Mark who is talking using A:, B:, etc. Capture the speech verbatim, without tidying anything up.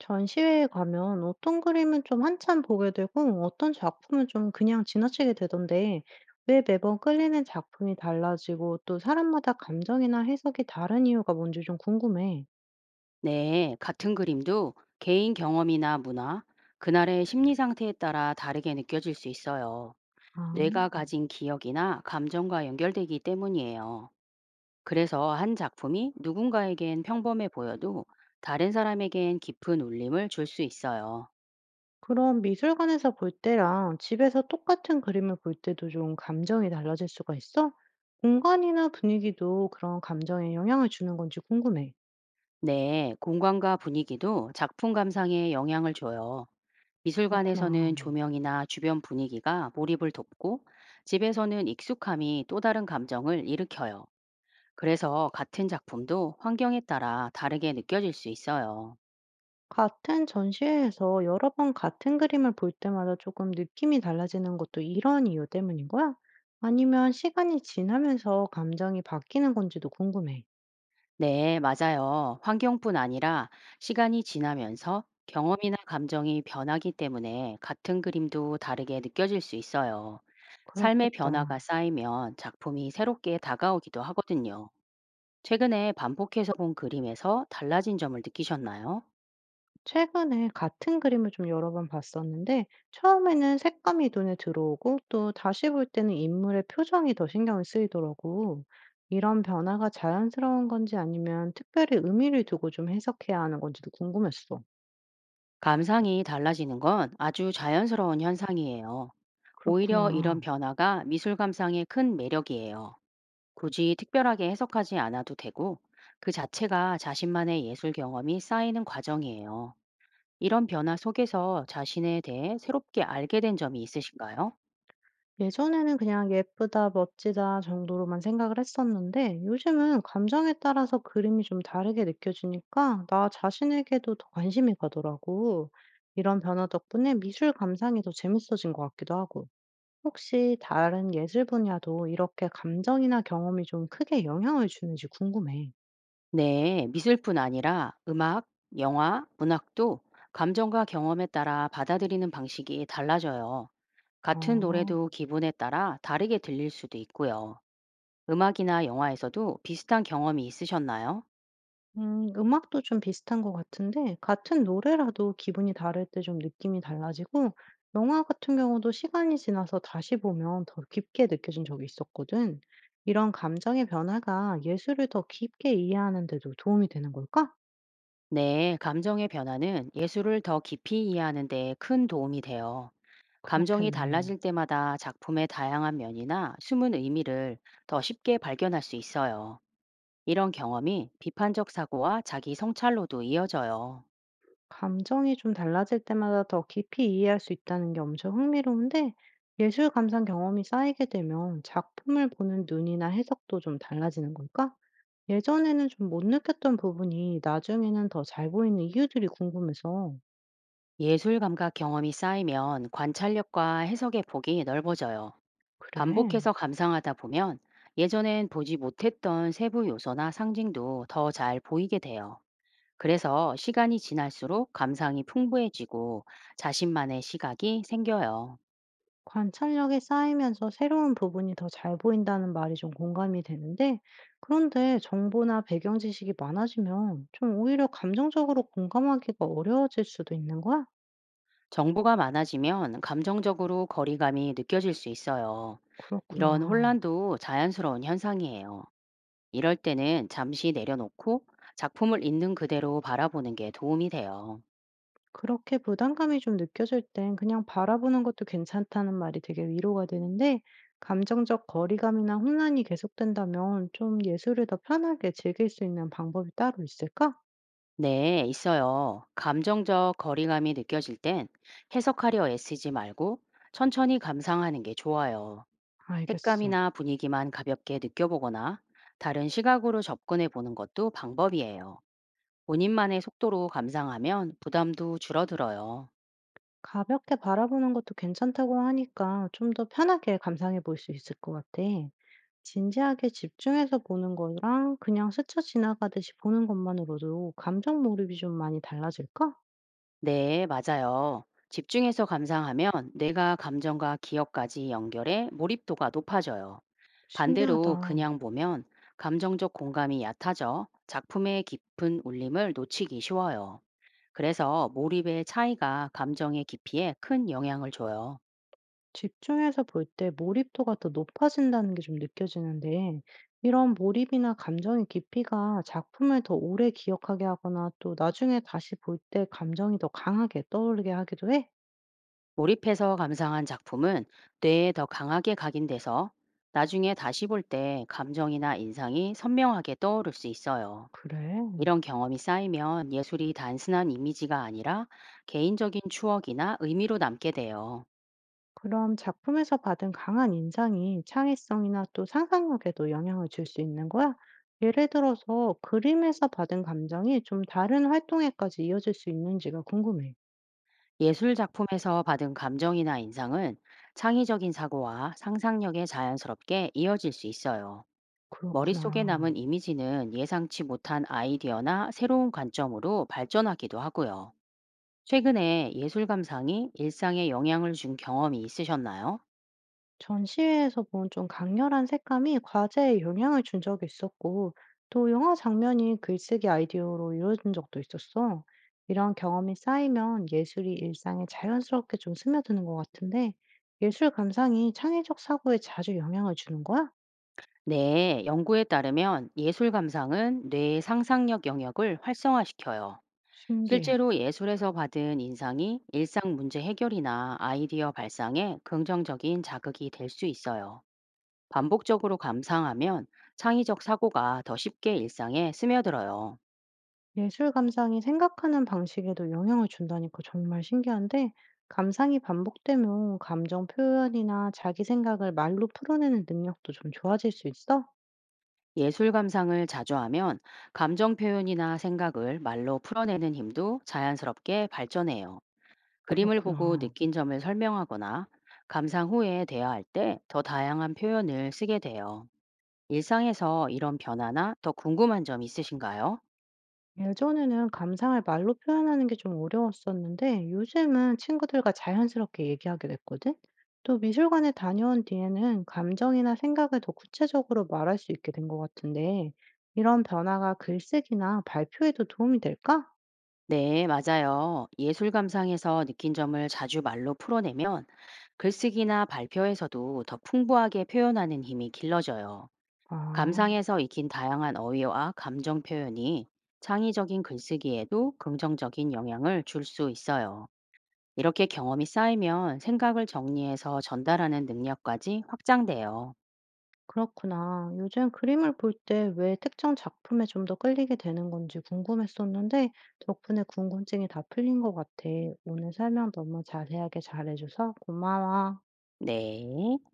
A: 전시회에 가면 어떤 그림은 좀 한참 보게 되고 어떤 작품은 좀 그냥 지나치게 되던데 왜 매번 끌리는 작품이 달라지고 또 사람마다 감정이나 해석이 다른 이유가 뭔지 좀 궁금해.
B: 네, 같은 그림도 개인 경험이나 문화, 그날의 심리 상태에 따라 다르게 느껴질 수 있어요.
A: 아,
B: 뇌가 가진 기억이나 감정과 연결되기 때문이에요. 그래서 한 작품이 누군가에겐 평범해 보여도 다른 사람에겐 깊은 울림을 줄 수 있어요.
A: 그럼 미술관에서 볼 때랑 집에서 똑같은 그림을 볼 때도 좀 감정이 달라질 수가 있어? 공간이나 분위기도 그런 감정에 영향을 주는 건지 궁금해.
B: 네, 공간과 분위기도 작품 감상에 영향을 줘요. 미술관에서는
A: 그렇구나.
B: 조명이나 주변 분위기가 몰입을 돕고 집에서는 익숙함이 또 다른 감정을 일으켜요. 그래서 같은 작품도 환경에 따라 다르게 느껴질 수 있어요.
A: 같은 전시회에서 여러 번 같은 그림을 볼 때마다 조금 느낌이 달라지는 것도 이런 이유 때문인 거야? 아니면 시간이 지나면서 감정이 바뀌는 건지도 궁금해.
B: 네, 맞아요. 환경뿐 아니라 시간이 지나면서 경험이나 감정이 변하기 때문에 같은 그림도 다르게 느껴질 수 있어요. 삶의 변화가
A: 그렇겠다.
B: 쌓이면 작품이 새롭게 다가오기도 하거든요. 최근에 반복해서 본 그림에서 달라진 점을 느끼셨나요?
A: 최근에 같은 그림을 좀 여러 번 봤었는데, 처음에는 색감이 눈에 들어오고, 또 다시 볼 때는 인물의 표정이 더 신경을 쓰이더라고. 이런 변화가 자연스러운 건지 아니면 특별히 의미를 두고 좀 해석해야 하는 건지도 궁금했어.
B: 감상이 달라지는 건 아주 자연스러운 현상이에요. 오히려 이런
A: 그렇구나.
B: 변화가 미술 감상의 큰 매력이에요. 굳이 특별하게 해석하지 않아도 되고 그 자체가 자신만의 예술 경험이 쌓이는 과정이에요. 이런 변화 속에서 자신에 대해 새롭게 알게 된 점이 있으신가요?
A: 예전에는 그냥 '예쁘다. 멋지다.' 정도로만 생각을 했었는데 요즘은 감정에 따라서 그림이 좀 다르게 느껴지니까 나 자신에게도 더 관심이 가더라고. 이런 변화 덕분에 미술 감상이 더 재밌어진 것 같기도 하고. 혹시 다른 예술 분야도 이렇게 감정이나 경험이 좀 크게 영향을 주는지 궁금해.
B: 네, 미술뿐 아니라 음악, 영화, 문학도 감정과 경험에 따라 받아들이는 방식이 달라져요. 같은
A: 아.
B: 노래도 기분에 따라 다르게 들릴 수도 있고요. 음악이나 영화에서도 비슷한 경험이 있으셨나요?
A: 음 음악도 좀 비슷한 것 같은데 같은 노래라도 기분이 다를 때 좀 느낌이 달라지고 영화 같은 경우도 시간이 지나서 다시 보면 더 깊게 느껴진 적이 있었거든. 이런 감정의 변화가 예술을 더 깊게 이해하는 데도 도움이 되는 걸까?
B: 네, 감정의 변화는 예술을 더 깊이 이해하는 데 큰 도움이 돼요. 감정이
A: 그렇겠네.
B: 달라질 때마다 작품의 다양한 면이나 숨은 의미를 더 쉽게 발견할 수 있어요. 이런 경험이 비판적 사고와 자기 성찰로도 이어져요.
A: 감정이 좀 달라질 때마다 더 깊이 이해할 수 있다는 게 엄청 흥미로운데 예술 감상 경험이 쌓이게 되면 작품을 보는 눈이나 해석도 좀 달라지는 걸까? 예전에는 좀 못 느꼈던 부분이 나중에는 더 잘 보이는 이유들이 궁금해서.
B: 예술 감각 경험이 쌓이면 관찰력과 해석의 폭이 넓어져요.
A: 그래.
B: 반복해서 감상하다 보면 예전엔 보지 못했던 세부 요소나 상징도 더 잘 보이게 돼요. 그래서 시간이 지날수록 감상이 풍부해지고 자신만의 시각이 생겨요.
A: 관찰력이 쌓이면서 새로운 부분이 더 잘 보인다는 말이 좀 공감이 되는데, 그런데 정보나 배경 지식이 많아지면 좀 오히려 감정적으로 공감하기가 어려워질 수도 있는 거야?
B: 정보가 많아지면 감정적으로 거리감이 느껴질 수 있어요. 이런
A: 그렇구나.
B: 혼란도 자연스러운 현상이에요. 이럴 때는 잠시 내려놓고 작품을 있는 그대로 바라보는 게 도움이 돼요.
A: 그렇게 부담감이 좀 느껴질 땐 그냥 바라보는 것도 괜찮다는 말이 되게 위로가 되는데, 감정적 거리감이나 혼란이 계속된다면 좀 예술을 더 편하게 즐길 수 있는 방법이 따로 있을까?
B: 네, 있어요. 감정적 거리감이 느껴질 땐 해석하려 애쓰지 말고 천천히 감상하는 게 좋아요.
A: 알겠어.
B: 색감이나 분위기만 가볍게 느껴보거나 다른 시각으로 접근해 보는 것도 방법이에요. 본인만의 속도로 감상하면 부담도 줄어들어요.
A: 가볍게 바라보는 것도 괜찮다고 하니까 좀 더 편하게 감상해 볼 수 있을 것 같아. 진지하게 집중해서 보는 거랑 그냥 스쳐 지나가듯이 보는 것만으로도 감정 몰입이 좀 많이 달라질까?
B: 네, 맞아요. 집중해서 감상하면 뇌가 감정과 기억까지 연결해 몰입도가 높아져요. 반대로
A: 신기하다.
B: 그냥 보면 감정적 공감이 얕아져 작품의 깊은 울림을 놓치기 쉬워요. 그래서 몰입의 차이가 감정의 깊이에 큰 영향을 줘요.
A: 집중해서 볼 때 몰입도가 더 높아진다는 게 좀 느껴지는데, 이런 몰입이나 감정의 깊이가 작품을 더 오래 기억하게 하거나 또 나중에 다시 볼 때 감정이 더 강하게 떠오르게 하기도 해?
B: 몰입해서 감상한 작품은 뇌에 더 강하게 각인돼서 나중에 다시 볼 때 감정이나 인상이 선명하게 떠오를 수 있어요.
A: 그래.
B: 이런 경험이 쌓이면 예술이 단순한 이미지가 아니라 개인적인 추억이나 의미로 남게 돼요.
A: 그럼 작품에서 받은 강한 인상이 창의성이나 또 상상력에도 영향을 줄 수 있는 거야? 예를 들어서 그림에서 받은 감정이 좀 다른 활동에까지 이어질 수 있는지가 궁금해.
B: 예술 작품에서 받은 감정이나 인상은 창의적인 사고와 상상력에 자연스럽게 이어질 수 있어요. 머릿속에
A: 그렇구나.
B: 남은 이미지는 예상치 못한 아이디어나 새로운 관점으로 발전하기도 하고요. 최근에 예술 감상이 일상에 영향을 준 경험이 있으셨나요?
A: 전시회에서 본 좀 강렬한 색감이 과제에 영향을 준 적이 있었고, 또 영화 장면이 글쓰기 아이디어로 이루어진 적도 있었어. 이런 경험이 쌓이면 예술이 일상에 자연스럽게 좀 스며드는 것 같은데, 예술 감상이 창의적 사고에 자주 영향을 주는 거야?
B: 네, 연구에 따르면 예술 감상은 뇌의 상상력 영역을 활성화시켜요.
A: 신기해.
B: 실제로 예술에서 받은 인상이 일상 문제 해결이나 아이디어 발상에 긍정적인 자극이 될 수 있어요. 반복적으로 감상하면 창의적 사고가 더 쉽게 일상에 스며들어요.
A: 예술 감상이 생각하는 방식에도 영향을 준다니까 정말 신기한데, 감상이 반복되면 감정 표현이나 자기 생각을 말로 풀어내는 능력도 좀 좋아질 수 있어?
B: 예술 감상을 자주 하면 감정 표현이나 생각을 말로 풀어내는 힘도 자연스럽게 발전해요. 그림을 보고
A: 그렇구나.
B: 느낀 점을 설명하거나 감상 후에 대화할 때 더 다양한 표현을 쓰게 돼요. 일상에서 이런 변화나 더 궁금한 점 있으신가요?
A: 예전에는 감상을 말로 표현하는 게 좀 어려웠었는데 요즘은 친구들과 자연스럽게 얘기하게 됐거든? 또 미술관에 다녀온 뒤에는 감정이나 생각을 더 구체적으로 말할 수 있게 된 것 같은데 이런 변화가 글쓰기나 발표에도 도움이 될까?
B: 네, 맞아요. 예술 감상에서 느낀 점을 자주 말로 풀어내면 글쓰기나 발표에서도 더 풍부하게 표현하는 힘이 길러져요.
A: 아,
B: 감상에서 익힌 다양한 어휘와 감정 표현이 창의적인 글쓰기에도 긍정적인 영향을 줄 수 있어요. 이렇게 경험이 쌓이면 생각을 정리해서 전달하는 능력까지 확장돼요.
A: 그렇구나. 요즘 그림을 볼 때 왜 특정 작품에 좀 더 끌리게 되는 건지 궁금했었는데 덕분에 궁금증이 다 풀린 것 같아. 오늘 설명 너무 자세하게 잘해줘서 고마워.
B: 네.